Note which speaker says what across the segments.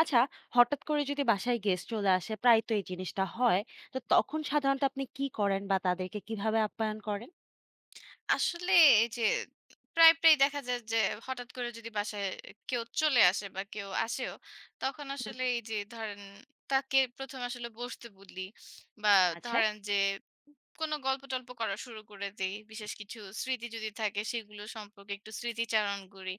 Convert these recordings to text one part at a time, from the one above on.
Speaker 1: আচ্ছা, হঠাৎ করে যদি বাসায় গেস্ট চলে আসে, প্রায় তো এই জিনিসটা হয়। তো তখন সাধারণত আপনি কি করেন বা তাদেরকে কিভাবে আপ্যায়ন করেন?
Speaker 2: আসলে এই যে প্রায়ই দেখা যায় যে হঠাৎ করে যদি বাসায় কেউ চলে আসে বা কেউ আসেও, তখন
Speaker 1: হুম,
Speaker 2: আসলে
Speaker 1: হুম।
Speaker 2: এই যে ধরেন তাকে ১ম এ আসলে বসতে বলি বা
Speaker 1: আচ্ছা,
Speaker 2: ধরেন যে কোনো গল্প-টল্প করা শুরু করে দেই। বিশেষ কিছু স্মৃতি যদি থাকে সেগুলো সম্পর্কে একটু স্মৃতিচারণ করি।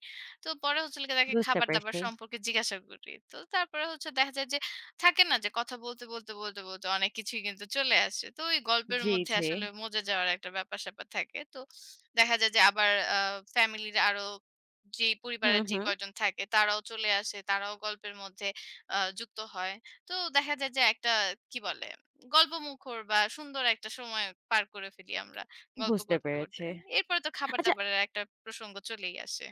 Speaker 2: তো পরে হচ্ছে হলো গিয়ে তাকে
Speaker 1: বুঝতে
Speaker 2: খাবার-দাবার
Speaker 1: পেরেছি।
Speaker 2: সম্পর্কে জিজ্ঞাসা করি। তো তারপরে হচ্ছে দেখা যায় যে থাকে না যে কথা বলতে, বলতে, বলতে, বলতে অনেক কিছুই কিন্তু চলে আসে। তো ওই গল্পের
Speaker 1: জি,
Speaker 2: মধ্যে
Speaker 1: জি।
Speaker 2: আসলে মজে যাওয়ার একটা ব্যাপার-স্যাপার থাকে। তো দেখা যায় যে আবার ফ্যামিলির আরো যেই
Speaker 1: হুম,
Speaker 2: পরিবারের যে
Speaker 1: হুম।
Speaker 2: কয়জন থাকে তারাও চলে আসে। তারাও গল্পের মধ্যে যুক্ত হয়। তো দেখা যায় যে একটা কি বলে গল্পমুখর বা সুন্দর একটা সময় পার করে ফেলি আমরা গল্প
Speaker 1: বুঝতে
Speaker 2: করতে, করতে।
Speaker 1: পেরেছি।
Speaker 2: এরপরে তো
Speaker 1: আচ্ছা,
Speaker 2: খাবার-দাবারের একটা প্রসঙ্গ চলেই আসে।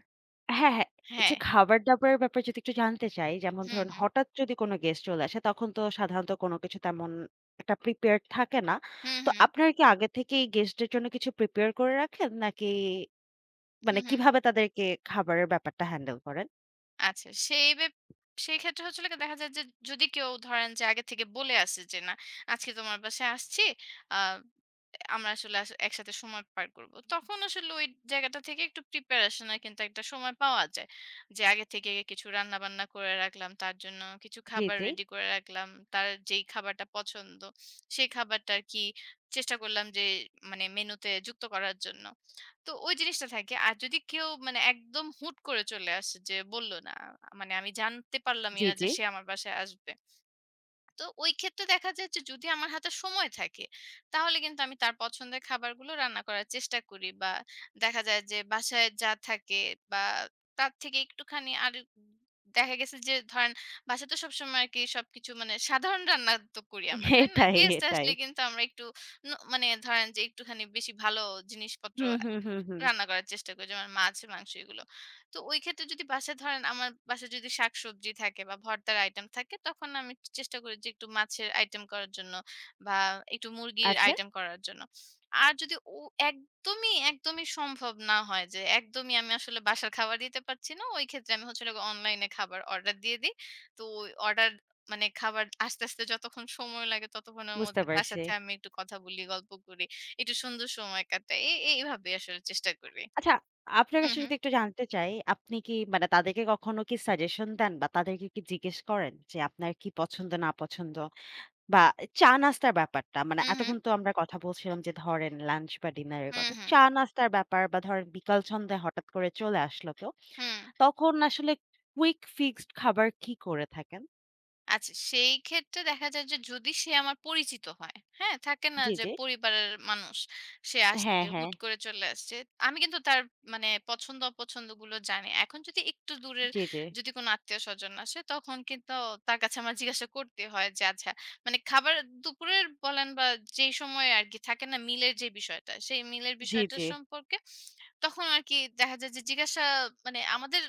Speaker 1: হ্যাঁ, হ্যাঁ। যে
Speaker 2: হ্যাঁ।
Speaker 1: খাবার-দাবারের ব্যাপারে যদি একটু জানতে চাই, যেমন
Speaker 2: হুম,
Speaker 1: ধরুন
Speaker 2: হুম।
Speaker 1: হঠাৎ যদি কোনো গেস্ট চলে আসে, তখন তো সাধারণত কোনো কিছু তেমন একটা প্রিপেয়ার্ড থাকে না।
Speaker 2: হুম,
Speaker 1: তো
Speaker 2: হুম।
Speaker 1: আপনারা কি আগে থেকেই গেস্টদের জন্য কিছু প্রিপেয়ার করে রাখেন, নাকি
Speaker 2: হুম,
Speaker 1: মানে
Speaker 2: হুম।
Speaker 1: কিভাবে তাদেরকে খাবারের ব্যাপারটা হ্যান্ডেল করেন?
Speaker 2: আচ্ছা, সেই ক্ষেত্রে হচ্ছে হলো গিয়ে দেখা যায় যে যদি কেউ ধরেন যে আগে থেকে বলে আসে যে, "না, আজকে তোমার বাসায় আসছি। আ আমরা আসলে একসাথে সময় পার করব।" তখন আসলে ওই জায়গাটা থেকে একটু প্রিপারেশন এর কিন্তু একটা সময় পাওয়া যায়। যে আগে থেকে কিছু রান্নাবান্না করে রাখলাম, তার জন্য কিছু
Speaker 1: জি,
Speaker 2: খাবার
Speaker 1: জি।
Speaker 2: রেডি করে রাখলাম। তার যেই খাবারটা পছন্দ, সেই খাবারটা আর কি চেষ্টা করলাম যে মানে মেনুতে যুক্ত করার জন্য। তো ওই জিনিসটা থাকে। আর যদি কেউ মানে একদম হুট করে চলে আসে যে বলল না, মানে আমি জানতে পারলামই
Speaker 1: জি,
Speaker 2: না যে
Speaker 1: জি।
Speaker 2: সে আমার বাসায় আসবে। তো ওই ক্ষেত্রে দেখা যায় যে যদি আমার হাতে সময় থাকে, তাহলে কিন্তু আমি তার পছন্দের খাবারগুলো রান্না করার চেষ্টা করি। বা দেখা যায় যে বাসায় যা থাকে বা তার থেকে একটুখানি আর দেখা গেছে যে ধরেন বাসায় তো সবসময় আরকি সবকিছু মানে সাধারণ রান্না তো করি আমরা, তাই না?
Speaker 1: এটাই,
Speaker 2: গেস্ট
Speaker 1: এটাই।
Speaker 2: আসলে কিন্তু আমরা একটু মানে ধরেন যে একটুখানি বেশি ভালো জিনিসপত্র
Speaker 1: হুম, হুম, হুম, হুম।
Speaker 2: রান্না করার চেষ্টা করি। যেমন মাছ, মাংস এগুলো। তো ওই ক্ষেত্রে যদি বাসায় ধরেন আমার বাসায় যদি শাকসবজি থাকে বা ভর্তার আইটেম থাকে তখন আমি চেষ্টা করি যে একটু মাছের আইটেম করার জন্য বা একটু মুরগির
Speaker 1: আচ্ছা,
Speaker 2: আইটেম করার জন্য। আর যদি একদমই সম্ভব না হয় যে একদমই আমি আসলে বাসার খাবার দিতে পারছি না। ওই ক্ষেত্রে আমি হচ্ছে হলো গিয়ে অনলাইনে খাবার অর্ডার দিয়ে দিই। তো ওই অর্ডার মানে খাবার আসতে, আসতে যতক্ষণ সময় লাগে ততক্ষণের
Speaker 1: বুঝতে
Speaker 2: মধ্যে তার
Speaker 1: পারছি।
Speaker 2: সাথে আমি একটু কথা বলি, গল্প করি। একটু সুন্দর সময় কাটাই। এইভাবে আসলে চেষ্টা করি।
Speaker 1: আচ্ছা, আপনার
Speaker 2: হু,
Speaker 1: কাছে
Speaker 2: হু।
Speaker 1: যদি একটু জানতে চাই, আপনি কি মানে তাদেরকে কখনো কি সাজেশন দেন বা তাদেরকে কি জিজ্ঞেস করেন যে আপনার কি পছন্দ না পছন্দ? বা চা নাস্তার ব্যাপারটা, মানে
Speaker 2: হু, হু।
Speaker 1: এতক্ষণ তো আমরা কথা বলছিলাম যে ধরেন লাঞ্চ বা ডিনারের
Speaker 2: হু,
Speaker 1: কথা।
Speaker 2: হু।
Speaker 1: চা নাস্তার ব্যাপার বা ধরেন বিকাল সন্ধ্যায় হঠাৎ করে চলে আসলো কেউ।
Speaker 2: হুম।
Speaker 1: তখন আসলে কুইক ফিক্সড খাবার কি করে থাকেন?
Speaker 2: আচ্ছা, সেই ক্ষেত্রে দেখা যায় যে যদি সে আমার পরিচিত হয়, হ্যাঁ? থাকে না
Speaker 1: জি,
Speaker 2: যে
Speaker 1: জি।
Speaker 2: পরিবারের মানুষ। সে আসছে,
Speaker 1: হ্যাঁ, হ্যাঁ।
Speaker 2: হুট করে চলে আসছে। আমি কিন্তু তার মানে পছন্দ অপছন্দগুলো জানি। এখন যদি একটু দূরের
Speaker 1: জি, জি।
Speaker 2: যদি কোনো আত্মীয়স্বজন আসে তখন কিন্তু তার কাছে আমার জিজ্ঞাসা করতে হয় যে আচ্ছা মানে খাবার দুপুরের বলেন বা যেই সময় আরকি থাকে না মিলের যে বিষয়টা, সেই মিলের
Speaker 1: জি,
Speaker 2: বিষয়টা
Speaker 1: জি।
Speaker 2: সম্পর্কে তখন আরকি দেখা যায় যে জিজ্ঞাসা মানে আমাদের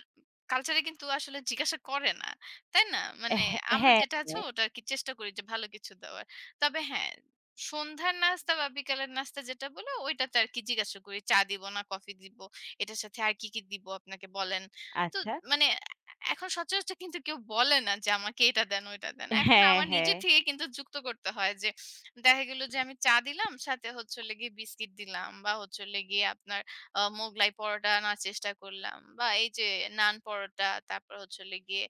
Speaker 2: কালচারে কিন্তু আসলে জিজ্ঞাসা করে না। তাই না? মানে
Speaker 1: হ্যাঁ, হ্যাঁ,
Speaker 2: আমরা যেটা আছে
Speaker 1: হ্যাঁ।
Speaker 2: ওটা আরকি চেষ্টা করি যে ভালো কিছু দেওয়ার। তবে হ্যাঁ, সন্ধ্যার নাস্তা বা বিকালের নাস্তা যেটা বলে ওইটাতে আরকি জিজ্ঞাসা করি, "চা দিব না কফি দিব? এটার সাথে আর কি দিব আপনাকে বলেন?" তো
Speaker 1: আচ্ছা।
Speaker 2: মানে এখন সচরাচর কিন্তু কেউ বলে না যে আমাকে এটা দেন, ওইটা দেন। এখন
Speaker 1: হ্যাঁ,
Speaker 2: আমার নিজে
Speaker 1: হ্যাঁ।
Speaker 2: থেকে কিন্তু যুক্ত করতে হয় যে দেখা গেল যে আমি চা দিলাম, সাথে হচ্ছে হলো গিয়ে বিস্কিট দিলাম বা হচ্ছে হলো গিয়ে আপনার মোগলাই পরোটা আনার চেষ্টা করলাম বা এই যে নান পরোটা, তারপর হচ্ছে হলো গিয়ে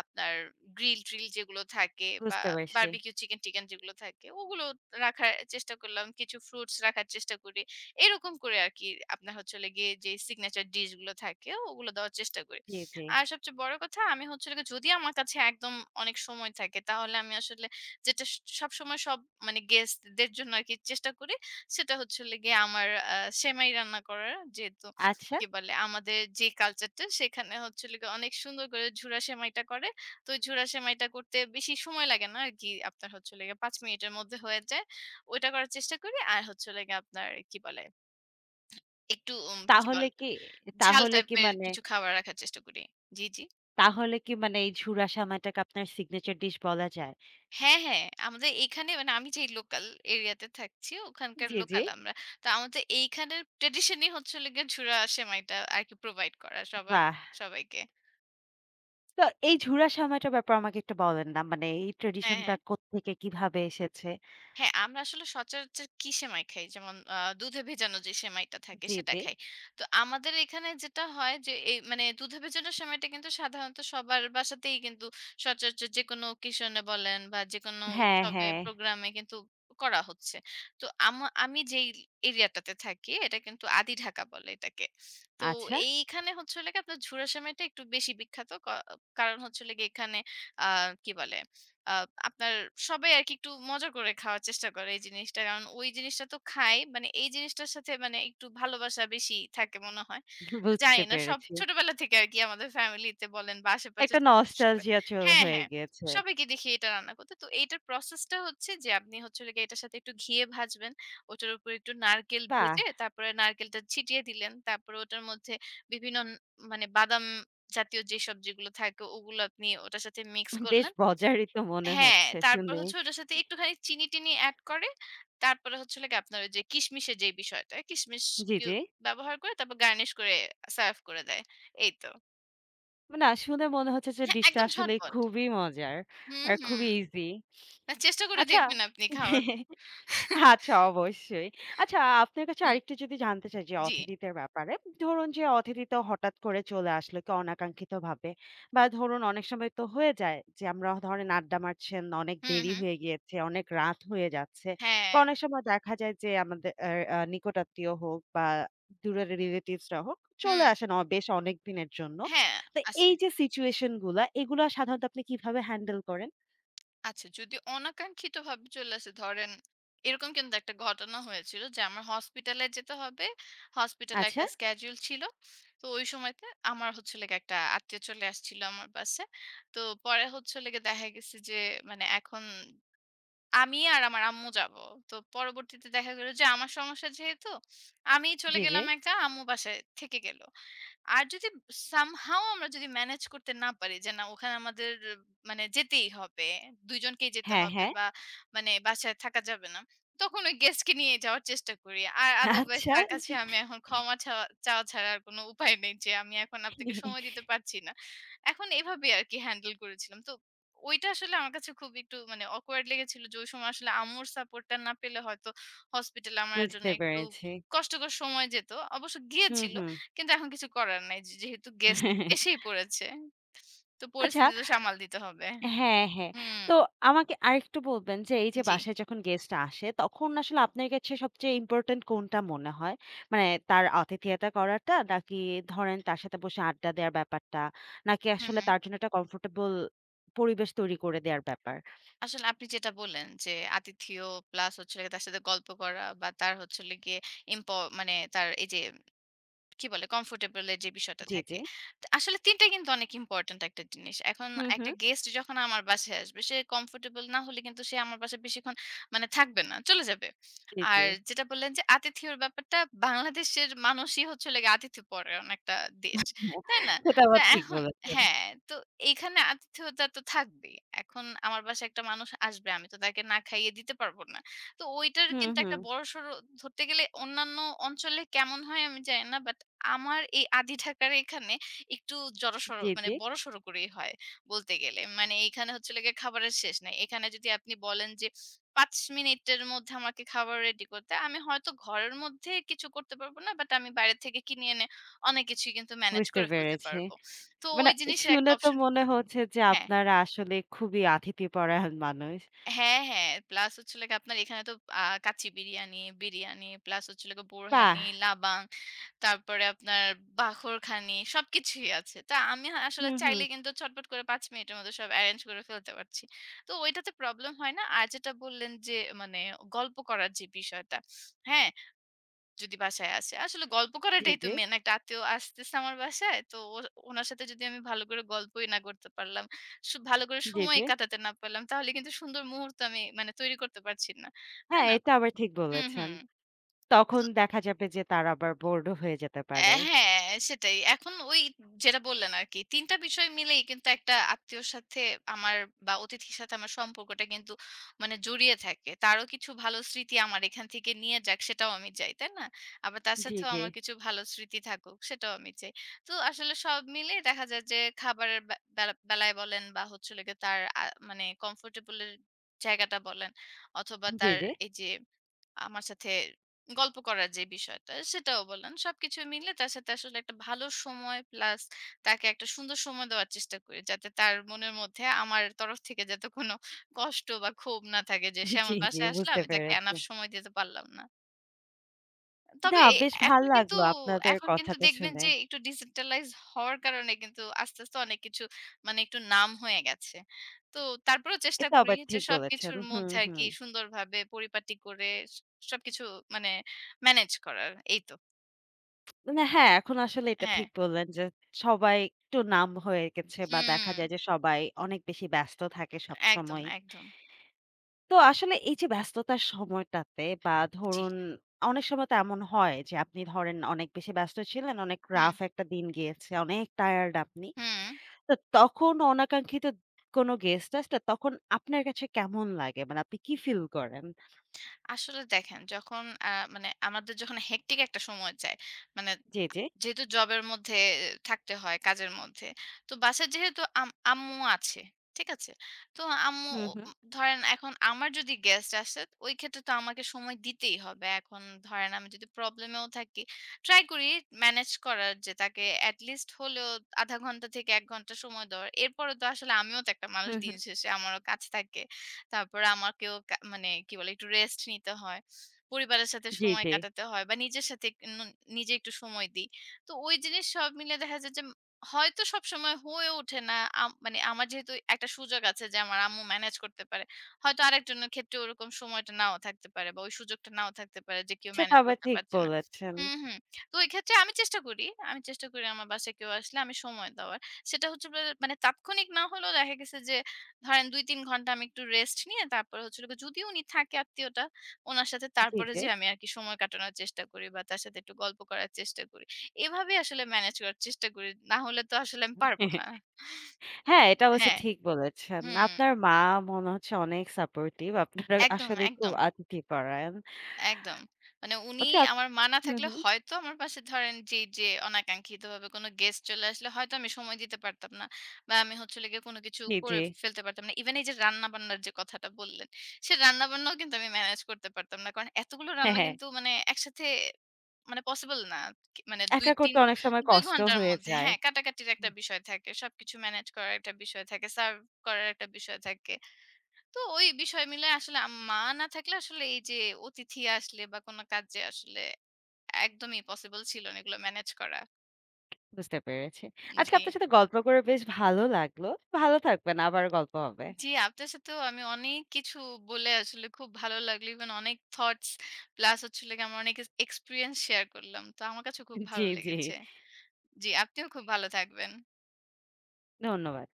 Speaker 2: আপনার গ্রিল-ট্রিল যেগুলো থাকে বা
Speaker 1: বুঝতে পারছি।
Speaker 2: বারবিকিউ চিকেন-টিকেন যেগুলো থাকে ওগুলো রাখার চেষ্টা করলাম। কিছু ফ্রুটস রাখার চেষ্টা করি। এরকম করে আরকি আপনার হচ্ছে হলো গিয়ে যে সিগনেচার ডিশ গুলো থাকে ওগুলো দেওয়ার চেষ্টা করি।
Speaker 1: জি, জি।
Speaker 2: আর সবচেয়ে বড় কথা আমি হচ্ছে হলো গিয়ে যদি আমার কাছে একদম অনেক সময় থাকে তাহলে আমি আসলে যেটা স সবসময় মানে গেস্ট দের জন্য আরকি চেষ্টা করি সেটা হচ্ছে হলো গিয়ে আমার আ সেমাই রান্না করার যেহেতু
Speaker 1: আচ্ছা।
Speaker 2: কি বলে আমাদের যে কালচারটা সেখানে হচ্ছে হলো গিয়ে অনেক সুন্দর করে ঝুরা সেমাইটা করে। তো ওই ঝুরা সেমাইটা করতে বেশি সময় লাগে না আরকি। আপনার হচ্ছে হলো গিয়ে ৫ মিনিটের মধ্যে হয়ে যায়। ওইটা করার চেষ্টা করি। আর হচ্ছে হলো গিয়ে আপনার কি বলে একটু কি
Speaker 1: তাহলে
Speaker 2: বলে
Speaker 1: কি
Speaker 2: ঝাল
Speaker 1: তাহলে কি
Speaker 2: টাইপের
Speaker 1: মানে
Speaker 2: কিছু খাবার রাখার চেষ্টা করি। জি, জি।
Speaker 1: তাহলে কি মানে এই ঝুরা সামাইটাকে আপনার সিগনেচার ডিশ বলা যায়?
Speaker 2: হ্যাঁ, হ্যাঁ। আমাদের এইখানে মানে আমি যেই লোকাল এরিয়াতে থাকছি ওখানকার
Speaker 1: জি, জি।
Speaker 2: লোকাল আমরা। তো আমাদের এইখানের ট্র্যাডিশনই হচ্ছে হলো গিয়ে ঝুরা সেমাইটা আরকি প্রোভাইড করা
Speaker 1: বাহ!
Speaker 2: সবাইকে।
Speaker 1: তো এই ঝুরা সামাইটার ব্যাপারে আমাকে একটু বলেন না। মানে এই
Speaker 2: হ্যাঁ,
Speaker 1: ট্র্যাডিশনটা
Speaker 2: হ্যাঁ।
Speaker 1: কোত্থেকে কিভাবে এসেছে?
Speaker 2: হ্যাঁ, আমরা আসলে সচরাচর কি সেমাই খাই? যেমন দুধে ভেজানো যে সেমাইটা থাকে
Speaker 1: জি,
Speaker 2: সেটা
Speaker 1: জি।
Speaker 2: খাই। তো আমাদের এখানে যেটা হয় যে এই মানে দুধে ভেজানো সেমাইটা কিন্তু সাধারণত সবার বাসাতেই কিন্তু সচরাচর যেকোনো occasion এ বলেন বা যেকোনো
Speaker 1: হ্যাঁ,
Speaker 2: উৎসবে,
Speaker 1: হ্যাঁ।
Speaker 2: প্রোগ্রামে কিন্তু করা হচ্ছে। তো আমি যেই এরিয়াটাতে থাকি এটা কিন্তু আদি ঢাকা বলে এটাকে। তো
Speaker 1: আচ্ছা,
Speaker 2: এইখানে হচ্ছে হলো গিয়ে আপনার ঝুরা সেমাইটা একটু বেশি বিখ্যাত। কারণ হচ্ছে হলো গিয়ে এখানে আ কি বলে আ আপনার সবাই আরকি একটু মজা করে খাওয়ার চেষ্টা করে এই জিনিসটা। কারণ ওই জিনিসটা তো খাই। মানে এই জিনিসটার সাথে মানে একটু ভালোবাসা বেশি থাকে মনে হয়। জানি
Speaker 1: বুঝতে
Speaker 2: না সব
Speaker 1: পেরেছি।
Speaker 2: ছোটবেলা থেকে আরকি আমাদের ফ্যামিলিতে বলেন বা আশেপাশে
Speaker 1: একটা
Speaker 2: সবাই
Speaker 1: নস্টালজিয়া চল
Speaker 2: হ্যাঁ,
Speaker 1: হয়ে
Speaker 2: হ্যাঁ।
Speaker 1: গিয়েছে।
Speaker 2: সবাইকে দেখি এটা রান্না করতে। তো এইটার প্রসেসটা হচ্ছে যে আপনি হচ্ছে হলো গিয়ে এটার সাথে একটু ঘিয়ে ভাজবেন। ওটার উপর একটু নারকেল
Speaker 1: বাহ!
Speaker 2: ভেজে তারপরে নারকেলটা ছিটিয়ে দিলেন। তারপরে ওটার মধ্যে বিভিন্ন মানে বাদাম জাতীয় যেসব যেগুলো থাকে ওগুলো আপনি ওটার সাথে মিক্স
Speaker 1: বেশ
Speaker 2: করলেন।
Speaker 1: মজারই তো মনে
Speaker 2: হ্যাঁ,
Speaker 1: হচ্ছে
Speaker 2: তারপর
Speaker 1: শুনে।
Speaker 2: হচ্ছে ওটার সাথে একটুখানি চিনি-টিনি এড করে। তারপরে হচ্ছে হলো গিয়ে আপনার ওই যে কিশমিশের যে বিষয়টা, কিশমিশ
Speaker 1: জি,
Speaker 2: ইউ
Speaker 1: জি।
Speaker 2: ব্যবহার করে তারপর গার্নিশ করে সার্ভ করে দেয়। এই তো।
Speaker 1: না, শুনে মনে হচ্ছে যে
Speaker 2: হ্যাঁ,
Speaker 1: ডিশটা
Speaker 2: একদম
Speaker 1: আসলেই
Speaker 2: ঝটপট।
Speaker 1: খুবই মজার
Speaker 2: হুম,
Speaker 1: আর
Speaker 2: হুম।
Speaker 1: খুবই ইজি।
Speaker 2: না চেষ্টা করে
Speaker 1: আচ্ছা।
Speaker 2: দেখবেন আপনি খাওয়ার।
Speaker 1: আচ্ছা, অবশ্যই। আচ্ছা, আপনার কাছে
Speaker 2: হুম,
Speaker 1: আরেকটু যদি জানতে চাই যে
Speaker 2: জি।
Speaker 1: অতিথিদের ব্যাপারে। ধরুন যে অতিথি তো হঠাৎ করে চলে আসলো কেউ অনাকাঙ্ক্ষিতভাবে। বা ধরুন অনেক সময় তো হয়ে যায় যে আমরা ধরেন আড্ডা মারছেন, অনেক
Speaker 2: হুম,
Speaker 1: দেরি
Speaker 2: হুম।
Speaker 1: হয়ে গিয়েছে, অনেক রাত হয়ে যাচ্ছে।
Speaker 2: হ্যাঁ,
Speaker 1: বা অনেক সময় দেখা যায় যে আমাদের আ আ নিকটাত্মীয় হোক বা দূরের রিলেটিভস রা হোক
Speaker 2: হুম।
Speaker 1: চলে আসেন বেশ অনেক দিনের জন্য।
Speaker 2: হ্যাঁ,
Speaker 1: তো
Speaker 2: আছে।
Speaker 1: এই যে সিচুয়েশন গুলা এগুলা সাধারণত আপনি কিভাবে হ্যান্ডেল করেন?
Speaker 2: আচ্ছা, যদি অনাকাঙ্ক্ষিতভাবে চলে আসে ধরেন এরকম কিন্তু একটা ঘটনা হয়েছিল যে আমার হসপিটালে যেতে হবে। হসপিটালে
Speaker 1: আচ্ছা।
Speaker 2: একটা schedule ছিল। তো ওই সময়তে আমার হচ্ছে হলো গিয়ে একটা আত্মীয় চলে আসছিল আমার বাসায়। তো পরে হচ্ছে হলো গিয়ে দেখা গেছে যে মানে এখন আমি আর আমার আম্মু যাবো। তো পরবর্তীতে দেখা গেল যে আমার সমস্যা যেহেতু আমিই চলে
Speaker 1: জি, জি।
Speaker 2: গেলাম একা, আম্মু বাসায় থেকে গেল। আর যদি সামহাও আমরা যদি ম্যানেজ করতে না পারি যে না ওখানে আমাদের মানে যেতেই হবে, ২ জনকেই যেতে
Speaker 1: হ্যাঁ,
Speaker 2: হবে
Speaker 1: হ্যাঁ।
Speaker 2: বা মানে বাসায় থাকা যাবে না। তখন ওই গেস্টকে নিয়ে যাওয়ার চেষ্টা করি। আর আদারওয়াইজ
Speaker 1: আচ্ছা।
Speaker 2: তার কাছে আমি এখন ক্ষমা চাওয়া ছাড়া আর কোনো উপায় নেই যে আমি এখন আপনাকে সময় দিতে পারছি না। এখন এভাবেই আরকি হ্যান্ডেল করেছিলাম। তো ওইটা আসলে আমার কাছে খুব একটু মানে awkward লেগেছিল যে ওই সময় আসলে আম্মুর সাপোর্টটা না পেলে হয়তো হসপিটালে আমার জন্য
Speaker 1: বুঝতে
Speaker 2: একটু
Speaker 1: পেরেছি।
Speaker 2: কষ্টকর সময় যেত। অবশ্য
Speaker 1: হুম,
Speaker 2: গিয়েছিল।
Speaker 1: হুম।
Speaker 2: কিন্তু এখন কিছু করার নাই। যে যেহেতু গেস্ট এসেই পড়েছে। তো
Speaker 1: আচ্ছা,
Speaker 2: পরিস্থিতি তো সামাল দিতে হবে।
Speaker 1: হ্যাঁ, হ্যাঁ।
Speaker 2: হুম,
Speaker 1: তো আমাকে আরেকটু বলবেন যে এই যে
Speaker 2: জি।
Speaker 1: বাসায় যখন গেস্ট আসে তখন আসলে আপনার কাছে সবচেয়ে ইম্পোর্টেন্ট কোনটা মনে হয়? মানে তার আতিথেয়তা করাটা, নাকি ধরেন তার সাথে বসে আড্ডা দেওয়ার ব্যাপারটা, নাকি
Speaker 2: হুম,
Speaker 1: আসলে
Speaker 2: হুম।
Speaker 1: তার জন্য একটা কমফোর্টেবল পরিবেশ তৈরি করে দেওয়ার ব্যাপার?
Speaker 2: আসলে আপনি যেটা বললেন যে আতিথেয় প্লাস হচ্ছে হলো গিয়ে তার সাথে গল্প করা বা তার হচ্ছে হলো গিয়ে ইম্প মানে তার এই যে কি বলে কমফোর্টেবল এর যে বিষয়টা
Speaker 1: জি, জি।
Speaker 2: থাকে। তো আসলে ৩ টা কিন্তু অনেক ইম্পোর্টেন্ট একটা জিনিস। এখন
Speaker 1: হুম,
Speaker 2: একটা
Speaker 1: হুম।
Speaker 2: গেস্ট যখন আমার বাসায় আসবে, সে কমফোর্টেবল না হলে কিন্তু সে আমার বাসায় বেশিক্ষণ মানে থাকবে না, চলে যাবে।
Speaker 1: জি,
Speaker 2: আর
Speaker 1: জি।
Speaker 2: যেটা বললেন যে আতিথেয়র ব্যাপারটা বাংলাদেশের মানুষই হচ্ছে হলো গিয়ে আতিথ্যপরায়ণ একটা দেশ। তাই না?
Speaker 1: সেটা
Speaker 2: তো
Speaker 1: আবার ঠিক
Speaker 2: এখন
Speaker 1: বলেছেন।
Speaker 2: হ্যাঁ, তো এখানে আতিথেয়তা তো থাকবেই। এখন আমার বাসায় একটা মানুষ আসবে, আমি তো তাকে না খাইয়ে দিতে পারব না। তো ওইটার
Speaker 1: হুম,
Speaker 2: কিন্তু একটা
Speaker 1: হুম।
Speaker 2: বড়সড় ধরতে গেলে অন্যান্য অঞ্চলে কেমন হয় আমি জানি না। বাট আমার এই আদি ঢাকার এখানে একটু জড়সড়
Speaker 1: জি,
Speaker 2: মানে
Speaker 1: জি।
Speaker 2: বড়সড় করেই হয় বলতে গেলে। মানে এখানে হচ্ছে হলো গিয়ে খাবারের শেষ নাই। এখানে যদি আপনি বলেন যে ৫ মিনিটের মধ্যে আমাকে খাবার রেডি করতে, আমি হয়তো ঘরের মধ্যে কিছু করতে পারব না। বাট আমি বাইরে থেকে কিনে এনে অনেক কিছুই কিন্তু ম্যানেজ
Speaker 1: বুঝতে
Speaker 2: করে ফেলতে
Speaker 1: পেরেছি।
Speaker 2: পারব। তো
Speaker 1: মানে
Speaker 2: ওই জিনিসের একটা
Speaker 1: শুনে তো
Speaker 2: অপশন
Speaker 1: মনে হচ্ছে যে
Speaker 2: হ্যাঁ।
Speaker 1: আপনারা আসলে খুবই আতিথেয়পরায়ণ মানুষ।
Speaker 2: হ্যাঁ, হ্যাঁ। প্লাস হচ্ছে হলো গিয়ে আপনার এখানে তো কাচ্চি বিরিয়ানি, বিরিয়ানি প্লাস হচ্ছে হলো গিয়ে
Speaker 1: বাহ!
Speaker 2: বোরহানি, লাবাং, তারপরে আপনার বাখরখানি সবকিছুই আছে। তা আমি আসলে
Speaker 1: হুম, হুম।
Speaker 2: চাইলে কিন্তু চটপট করে ৫ মিনিটের মধ্যে সব এরেঞ্জ করে ফেলতে পারছি। তো ওইটাতে প্রবলেম হয় না। আর যেটা বললেন যে মানে গল্প করার যে বিষয়টা, হ্যাঁ? যদি বাসায় আসে। আসলে গল্প
Speaker 1: জি,
Speaker 2: করাটাই তো
Speaker 1: জি।
Speaker 2: মেইন। একটা আত্মীয় আসতেছে আমার বাসায়। তো উনার সাথে যদি আমি ভালো করে গল্পই না করতে পারলাম, ভালো করে
Speaker 1: জি,
Speaker 2: সময়
Speaker 1: জি।
Speaker 2: কাটাতে না পারলাম, তাহলে কিন্তু সুন্দর মুহূর্ত আমি মানে তৈরি করতে পারছি না। তাই
Speaker 1: হ্যাঁ,
Speaker 2: না?
Speaker 1: এটা আবার ঠিক
Speaker 2: হুম,
Speaker 1: বলেছেন।
Speaker 2: হুম।
Speaker 1: তখন দেখা যাবে যে তারা আবার বোরড ও হয়ে যেতে
Speaker 2: অ্যা
Speaker 1: পারে।
Speaker 2: হ্যাঁ, সেটাই। এখন ওই যেটা বললেন আরকি ৩ টা বিষয় মিলেই কিন্তু একটা আত্মীয়র সাথে আমার বা অতিথির সাথে আমার সম্পর্কটা কিন্তু মানে জড়িয়ে থাকে। তারও কিছু ভালো স্মৃতি আমার এখান থেকে নিয়ে যাক সেটাও আমি চাই, তাই না? আবার তার
Speaker 1: জি,
Speaker 2: সাথেও
Speaker 1: জি।
Speaker 2: আমার কিছু ভালো স্মৃতি থাকুক সেটাও আমি চাই। তো আসলে সব মিলিয়ে দেখা যায় যে খাবারের বেলা বেলায় বলেন বা হচ্ছে হলো গিয়ে তার মানে কমফোর্টেবল এর জায়গাটা বলেন অথবা
Speaker 1: জি,
Speaker 2: তার
Speaker 1: জি।
Speaker 2: এই যে আমার সাথে গল্প করার যে বিষয়টা সেটাও বললেন। সবকিছু মিলে তার সাথে আসলে একটা ভালো সময় প্লাস তাকে একটা সুন্দর সময় দেওয়ার চেষ্টা করি। যাতে তার মনের মধ্যে আমার তরফ থেকে যাতে কোনো কষ্ট বা ক্ষোভ না থাকে যে সে
Speaker 1: জি,
Speaker 2: আমার
Speaker 1: জি,
Speaker 2: বাসায় আসলে
Speaker 1: বুঝতে
Speaker 2: আমি তাকে
Speaker 1: পেরেছি।
Speaker 2: enough সময় দিতে পারলাম না। তবে
Speaker 1: না,
Speaker 2: এ
Speaker 1: বেশ ভাল
Speaker 2: এখন কিন্তু
Speaker 1: লাগলো আপনাদের
Speaker 2: এখন কিন্তু
Speaker 1: কথাটা
Speaker 2: দেখবেন
Speaker 1: শুনে।
Speaker 2: যে একটু ডিজিটালাইজ হওয়ার কারণে কিন্তু আস্তে, আস্তে অনেক কিছু মানে একটু নাম হয়ে গেছে। তো তারপরেও চেষ্টা
Speaker 1: এটা
Speaker 2: করি
Speaker 1: আবার
Speaker 2: যে
Speaker 1: ঠিক বলেছেন।
Speaker 2: সবকিছুর
Speaker 1: হুম,
Speaker 2: মধ্যে আরকি
Speaker 1: হুম।
Speaker 2: সুন্দরভাবে পরিপাটি করে স সবকিছু মানে ম্যানেজ করার। এই তো।
Speaker 1: না, হ্যাঁ, এখন আসলে এটা
Speaker 2: হ্যাঁ।
Speaker 1: ঠিক বললেন যে সবাই একটু নাম হয়ে গেছে বা
Speaker 2: হুম।
Speaker 1: দেখা যায় যে সবাই অনেক বেশি ব্যস্ত থাকে
Speaker 2: একদম,
Speaker 1: সবসময়।
Speaker 2: একদম।
Speaker 1: তো আসলে এই যে ব্যস্ততার সময়টাতে বা
Speaker 2: জি।
Speaker 1: ধরুন অনেক সময় তো এমন হয় যে আপনি ধরেন অনেক বেশি ব্যস্ত ছিলেন, অনেক
Speaker 2: হুম,
Speaker 1: রাফ একটা দিন গিয়েছে, অনেক টায়ার্ড আপনি।
Speaker 2: হুম।
Speaker 1: তো তখন অনাকাঙ্ক্ষিত কোনো গেস্ট আসলে তখন আপনার কাছে কেমন লাগে? মানে আপনি কি ফিল করেন?
Speaker 2: আসলে দেখেন যখন মানে আমাদের যখন হেক্টিক একটা সময় যায় মানে
Speaker 1: জি, জি।
Speaker 2: যেহেতু জবের মধ্যে থাকতে হয়, কাজের মধ্যে। তো বাসায় যেহেতু আম্মু আছে। ঠিক আছে? তো আম্মু
Speaker 1: হুম,
Speaker 2: ও-
Speaker 1: হুম।
Speaker 2: উম ধরেন এখন আমার যদি গেস্ট আসে, ওই ক্ষেত্রে তো আমাকে সময় দিতেই হবে। এখন ধরেন আমি যদি প্রবলেমেও থাকি, ট্রাই করি ম্যানেজ করার যে তাকে এটলিস্ট হলেও ০.৫ ঘন্টা থেকে ১ ঘন্টা সময় দেওয়ার। এরপরে তো আসলে আমিও তো একটা মানুষ
Speaker 1: হুম,
Speaker 2: দিন
Speaker 1: হুম।
Speaker 2: শেষে। আমারও কাজ থাকে। তারপরে আমাকেও মানে কি বলে একটু রেস্ট নিতে হয়। পরিবারের সাথে
Speaker 1: জি,
Speaker 2: সময়
Speaker 1: জি।
Speaker 2: কাটাতে হয় বা নিজের সাথে এক নু নিজে একটু সময় দিই। তো ওই জিনিস সব মিলে দেখা যায় যে, হয়তো সবসময় হয়ে ওঠে না। মানে আমার যেহেতু একটা সুযোগ আছে যে আমার আম্মু ম্যানেজ করতে পারে। হয়তো আরেকজনের ক্ষেত্রে ওরকম সময়টা নাও থাকতে পারে বা ওই সুযোগটা নাও থাকতে পারে যে কেউ
Speaker 1: সেটা
Speaker 2: ম্যানেজ
Speaker 1: আবার
Speaker 2: করতে
Speaker 1: ঠিক
Speaker 2: পারছে না।
Speaker 1: বলেছেন।
Speaker 2: হুম, হুম। তো ওই ক্ষেত্রে আমি চেষ্টা করি। আমি চেষ্টা করি আমার বাসায় কেউ আসলে আমি সময় দেওয়ার। সেটা হচ্ছে হলো মানে তাৎক্ষণিক না হলেও দেখা গেছে যে ধরেন ২-৩ ঘন্টা আমি একটু রেস্ট নিয়ে তারপরে হচ্ছে হলো যদি উনি থাকে আত্মীয়টা, উনার সাথে
Speaker 1: জি,
Speaker 2: তারপরে
Speaker 1: জি।
Speaker 2: যেয়ে আমি আরকি সময় কাটানোর চেষ্টা করি বা তার সাথে একটু গল্প করার চেষ্টা করি। এভাবে আসলে ম্যানেজ করার চেষ্টা করি। না হলে তো আসলে আমি পারব না।
Speaker 1: হ্যাঁ, এটা অবশ্য
Speaker 2: হ্যাঁ,
Speaker 1: ঠিক বলেছেন।
Speaker 2: হুম,
Speaker 1: আপনার মা মনে হচ্ছে অনেক সাপোর্টিভ। আপনারা
Speaker 2: একদম,
Speaker 1: আসলেই খুব
Speaker 2: একদম।
Speaker 1: অতিথি পরায়ণ।
Speaker 2: একদম। মানে উনি
Speaker 1: আচ্ছা আপ
Speaker 2: আমার মা না
Speaker 1: হুম,
Speaker 2: থাকলে
Speaker 1: হুম।
Speaker 2: হয়তো আমার পাশে ধরেন যে, যে অনাকাঙ্ক্ষিতভাবে কোনো গেস্ট চলে আসলে হয়তো আমি সময় দিতে পারতাম না। বা আমি হচ্ছে হলো গিয়ে কোনো কিছু
Speaker 1: জি, জি।
Speaker 2: করে ফেলতে পারতাম না। ইভেন এই যে রান্না-বান্নার যে কথাটা বললেন, সে রান্না-বান্নাও কিন্তু আমি ম্যানেজ করতে পারতাম না। কারণ এতগুলো
Speaker 1: হ্যাঁ,
Speaker 2: রান্না
Speaker 1: হ্যাঁ।
Speaker 2: কিন্তু মানে একসাথে মানে পসিবল না। কি মানে
Speaker 1: একা করতে অনেক সময়
Speaker 2: ২
Speaker 1: কষ্ট
Speaker 2: ঘন্টার
Speaker 1: হয়ে
Speaker 2: মধ্যে
Speaker 1: যায়।
Speaker 2: হ্যাঁ, কাটাকাটির একটা
Speaker 1: হুম,
Speaker 2: বিষয় থাকে। সবকিছু ম্যানেজ করার একটা বিষয় থাকে, সার্ভ করার একটা বিষয় থাকে। তো ওই বিষয় মিলে আসলে মা না থাকলে আসলে এই যে অতিথি আসলে বা কোনো কাজে আসলে একদমই পসিবল ছিল না এগুলো ম্যানেজ করা।
Speaker 1: বুঝতে পেরেছি। আজকে
Speaker 2: জি।
Speaker 1: আপনার সাথে গল্প করে বেশ ভালো লাগলো। ভালো থাকবেন, আবার গল্প হবে।
Speaker 2: জি, আপনার সাথেও আমি অনেক কিছু বলে আসলে খুব ভালো লাগলো। ইভেন অনেক থটস প্লাস হচ্ছে হলো গিয়ে আমার অনেক এক্সপেরিয়েন্স শেয়ার করলাম। তো আমার কাছেও খুব
Speaker 1: জি,
Speaker 2: ভালো
Speaker 1: জি।
Speaker 2: লেগেছে। জি, আপনিও খুব ভালো থাকবেন।
Speaker 1: ধন্যবাদ।